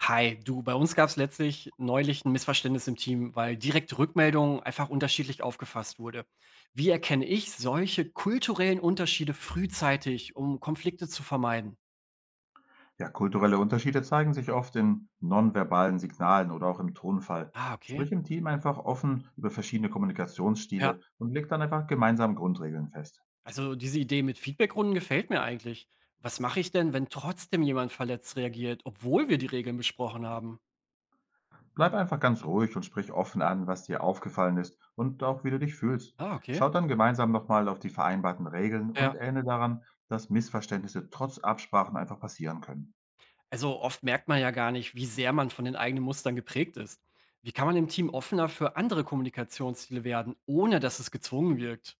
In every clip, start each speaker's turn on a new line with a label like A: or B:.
A: Hi, du, bei uns gab es letztlich neulich ein Missverständnis im Team, weil direkte Rückmeldung einfach unterschiedlich aufgefasst wurde. Wie erkenne ich solche kulturellen Unterschiede frühzeitig, um Konflikte zu vermeiden?
B: Ja, kulturelle Unterschiede zeigen sich oft in nonverbalen Signalen oder auch im Tonfall.
A: Ah, okay.
B: Sprich im Team einfach offen über verschiedene
A: Ja,
B: Kommunikationsstile und leg dann einfach gemeinsam Grundregeln fest.
A: also diese Idee mit Feedbackrunden gefällt mir eigentlich. Was mache ich denn, wenn trotzdem jemand verletzt reagiert, obwohl wir die Regeln besprochen haben?
B: Bleib einfach ganz ruhig und sprich offen an, was dir aufgefallen ist und auch wie du dich fühlst.
A: Ah, okay.
B: Schaut dann gemeinsam nochmal auf die vereinbarten Regeln und
A: Ja.
B: erinnere daran, dass Missverständnisse trotz Absprachen einfach passieren können.
A: Also oft merkt man ja gar nicht, wie sehr man von den eigenen Mustern geprägt ist. Wie kann man im Team offener für andere Kommunikationsstile werden, ohne dass es gezwungen wirkt?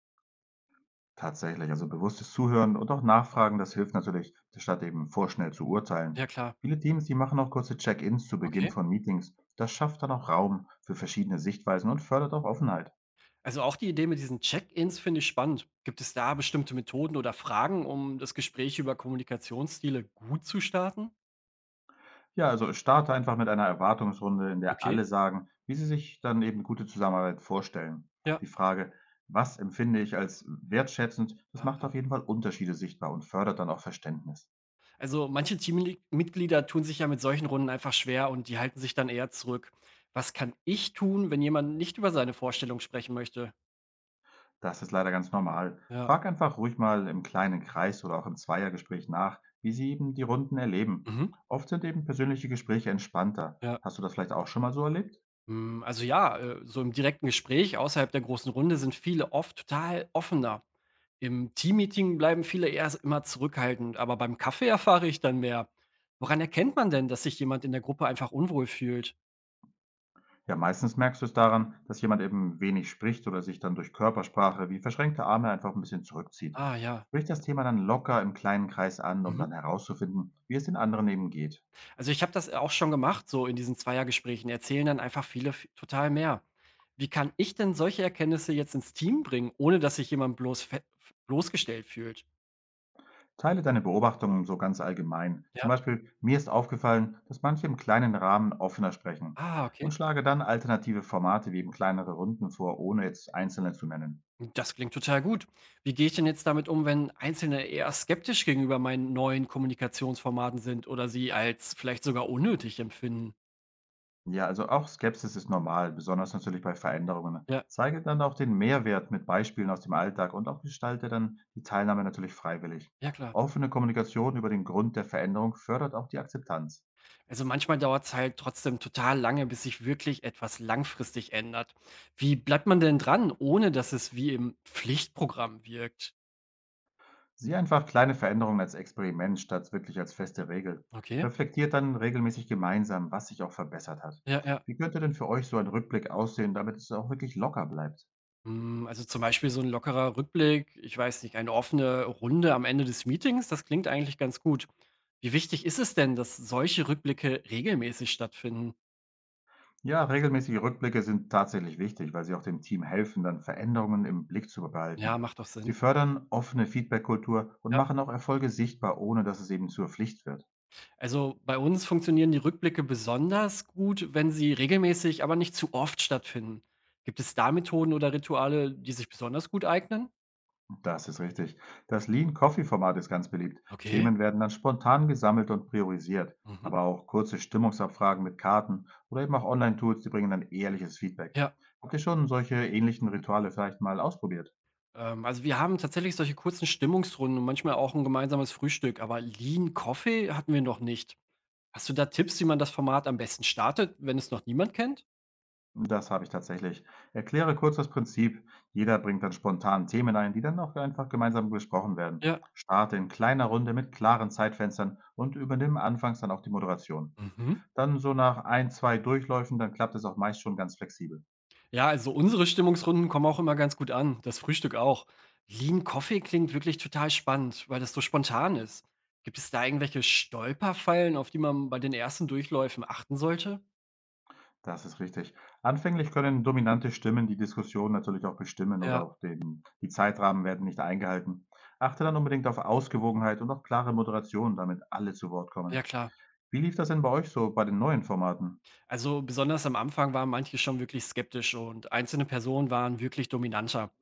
B: Tatsächlich, also bewusstes Zuhören und auch Nachfragen, das hilft natürlich, statt eben vorschnell zu urteilen.
A: Ja klar.
B: Viele Teams, die machen auch kurze Check-ins zu Beginn
A: Okay.
B: von Meetings. Das schafft dann auch Raum für verschiedene Sichtweisen und fördert auch Offenheit.
A: Also auch die Idee mit diesen Check-ins finde ich spannend. Gibt es da bestimmte Methoden oder Fragen, um das Gespräch über Kommunikationsstile gut zu starten?
B: Ja, also starte einfach mit einer Erwartungsrunde, in der
A: Okay.
B: alle sagen, wie sie sich dann eben gute Zusammenarbeit vorstellen.
A: Ja.
B: Die Frage, was empfinde ich als wertschätzend, das
A: Ah,
B: macht auf
A: ah.
B: jeden Fall Unterschiede sichtbar und fördert dann auch Verständnis.
A: Also manche Teammitglieder tun sich ja mit solchen Runden einfach schwer und die halten sich dann eher zurück. Was kann ich tun, wenn jemand nicht über seine Vorstellung sprechen möchte?
B: Das ist leider ganz normal.
A: Ja.
B: Frag einfach ruhig mal im kleinen Kreis oder auch im Zweiergespräch nach, wie sie eben die Runden erleben.
A: Mhm.
B: Oft sind eben persönliche Gespräche entspannter.
A: Ja.
B: Hast du das vielleicht auch schon mal so erlebt?
A: Hm, also ja, so im direkten Gespräch außerhalb der großen Runde sind viele oft total offener. Im Teammeeting bleiben viele immer zurückhaltend, aber beim Kaffee erfahre ich dann mehr. Woran erkennt man denn, dass sich jemand in der Gruppe einfach unwohl fühlt?
B: Ja, meistens merkst du es daran, dass jemand eben wenig spricht oder sich dann durch Körpersprache wie verschränkte Arme einfach ein bisschen zurückzieht.
A: Ah ja.
B: Sprich das Thema dann locker im kleinen Kreis an, um
A: Mhm.
B: dann herauszufinden, wie es den anderen eben geht.
A: Also ich habe das auch schon gemacht, so in diesen Zweiergesprächen erzählen dann einfach viele total mehr. Wie kann ich denn solche Erkenntnisse jetzt ins Team bringen, ohne dass sich bloßgestellt fühlt?
B: Teile deine Beobachtungen so ganz allgemein.
A: Ja.
B: Zum Beispiel, mir ist aufgefallen, dass manche im kleinen Rahmen offener sprechen.
A: Ah, okay.
B: Und schlage dann alternative Formate wie eben kleinere Runden vor, ohne jetzt einzelne zu nennen.
A: Das klingt total gut. Wie gehe ich denn jetzt damit um, wenn Einzelne eher skeptisch gegenüber meinen neuen Kommunikationsformaten sind oder sie als vielleicht sogar unnötig empfinden?
B: Ja, also auch Skepsis ist normal, besonders natürlich bei Veränderungen.
A: Ja,
B: Zeige dann auch den Mehrwert mit Beispielen aus dem Alltag und auch gestalte dann die Teilnahme natürlich freiwillig.
A: ja klar.
B: Offene Kommunikation über den Grund der Veränderung fördert auch die Akzeptanz.
A: Also manchmal dauert es halt trotzdem total lange, bis sich wirklich etwas langfristig ändert. Wie bleibt man denn dran, ohne dass es wie im Pflichtprogramm wirkt?
B: Sieh einfach kleine Veränderungen als Experiment statt wirklich als feste Regel.
A: Okay.
B: Reflektiert dann regelmäßig gemeinsam, was sich auch verbessert hat.
A: Ja, ja.
B: Wie könnte denn für euch so ein Rückblick aussehen, damit es auch wirklich locker bleibt?
A: Hm, also, zum Beispiel so ein lockerer Rückblick, ich weiß nicht, eine offene Runde am Ende des Meetings, das klingt eigentlich ganz gut. Wie wichtig ist es denn, dass solche Rückblicke regelmäßig stattfinden?
B: Ja, regelmäßige Rückblicke sind tatsächlich wichtig, weil sie auch dem Team helfen, dann Veränderungen im Blick zu
A: Ja,
B: behalten.
A: macht doch Sinn.
B: Sie fördern offene Feedback-Kultur und
A: Ja.
B: machen auch Erfolge sichtbar, ohne dass es eben zur Pflicht wird.
A: Also, bei uns funktionieren die Rückblicke besonders gut, wenn sie regelmäßig, aber nicht zu oft stattfinden. Gibt es da Methoden oder Rituale, die sich besonders gut eignen?
B: Das ist richtig. Das Lean Coffee Format ist ganz beliebt.
A: Okay.
B: Themen werden dann spontan gesammelt und priorisiert.
A: Mhm.
B: Aber auch kurze Stimmungsabfragen mit Karten oder eben auch Online-Tools, die bringen dann ehrliches Feedback.
A: Ja.
B: Habt ihr schon solche ähnlichen Rituale vielleicht mal ausprobiert?
A: Also, wir haben tatsächlich solche kurzen Stimmungsrunden und manchmal auch ein gemeinsames Frühstück, aber Lean Coffee hatten wir noch nicht. Hast du da Tipps, wie man das Format am besten startet, wenn es noch niemand kennt?
B: Das habe ich tatsächlich. Erkläre kurz das Prinzip. Jeder bringt dann spontan Themen ein, die dann auch einfach gemeinsam besprochen werden.
A: Ja.
B: Starte in kleiner Runde mit klaren Zeitfenstern und übernimm anfangs dann auch die Moderation.
A: Mhm.
B: Dann so nach ein, zwei Durchläufen, dann klappt es auch meist schon ganz flexibel.
A: Ja, also unsere Stimmungsrunden kommen auch immer ganz gut an, das Frühstück auch. Lean Coffee klingt wirklich total spannend, weil das so spontan ist. Gibt es da irgendwelche Stolperfallen, auf die man bei den ersten Durchläufen achten sollte?
B: Das ist richtig. Anfänglich können dominante Stimmen die Diskussion natürlich auch bestimmen oder
A: Ja,
B: auch den die Zeitrahmen werden nicht eingehalten. Achte dann unbedingt auf Ausgewogenheit und auch klare Moderation, damit alle zu Wort
A: ja
B: kommen.
A: klar.
B: Wie lief das denn bei euch so bei den neuen Formaten?
A: Also besonders am Anfang waren manche schon wirklich skeptisch und einzelne Personen waren wirklich dominanter.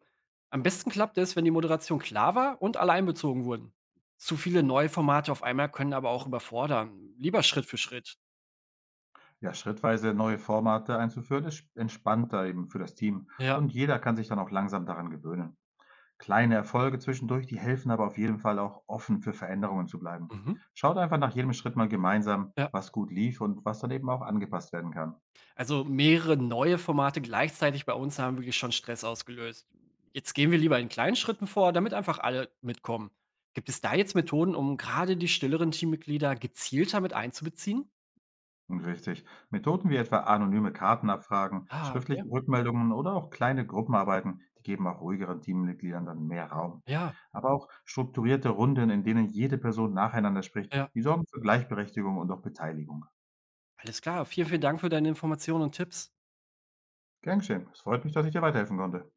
A: Am besten klappte es, wenn die Moderation klar war und alle einbezogen wurden. Zu viele neue Formate auf einmal können aber auch überfordern. Lieber Schritt für Schritt.
B: Ja, schrittweise neue Formate einzuführen, ist entspannter eben für das Team
A: Ja.
B: und jeder kann sich dann auch langsam daran gewöhnen. Kleine Erfolge zwischendurch, die helfen aber auf jeden Fall auch offen für Veränderungen zu bleiben.
A: Mhm.
B: Schaut einfach nach jedem Schritt mal gemeinsam,
A: Ja.
B: was gut lief und was dann eben auch angepasst werden kann.
A: Also mehrere neue Formate gleichzeitig bei uns haben wirklich schon Stress ausgelöst. Jetzt gehen wir lieber in kleinen Schritten vor, damit einfach alle mitkommen. Gibt es da jetzt Methoden, um gerade die stilleren Teammitglieder gezielter mit einzubeziehen?
B: Richtig. Methoden wie etwa anonyme Kartenabfragen,
A: Ah, okay.
B: schriftliche Rückmeldungen oder auch kleine Gruppenarbeiten, die geben auch ruhigeren Teammitgliedern dann mehr Raum.
A: Ja,
B: Aber auch strukturierte Runden, in denen jede Person nacheinander spricht,
A: ja.
B: die sorgen für Gleichberechtigung und auch Beteiligung.
A: Alles klar, vielen, vielen Dank für deine Informationen und Tipps.
B: Gern geschehen. Es freut mich, dass ich dir weiterhelfen konnte.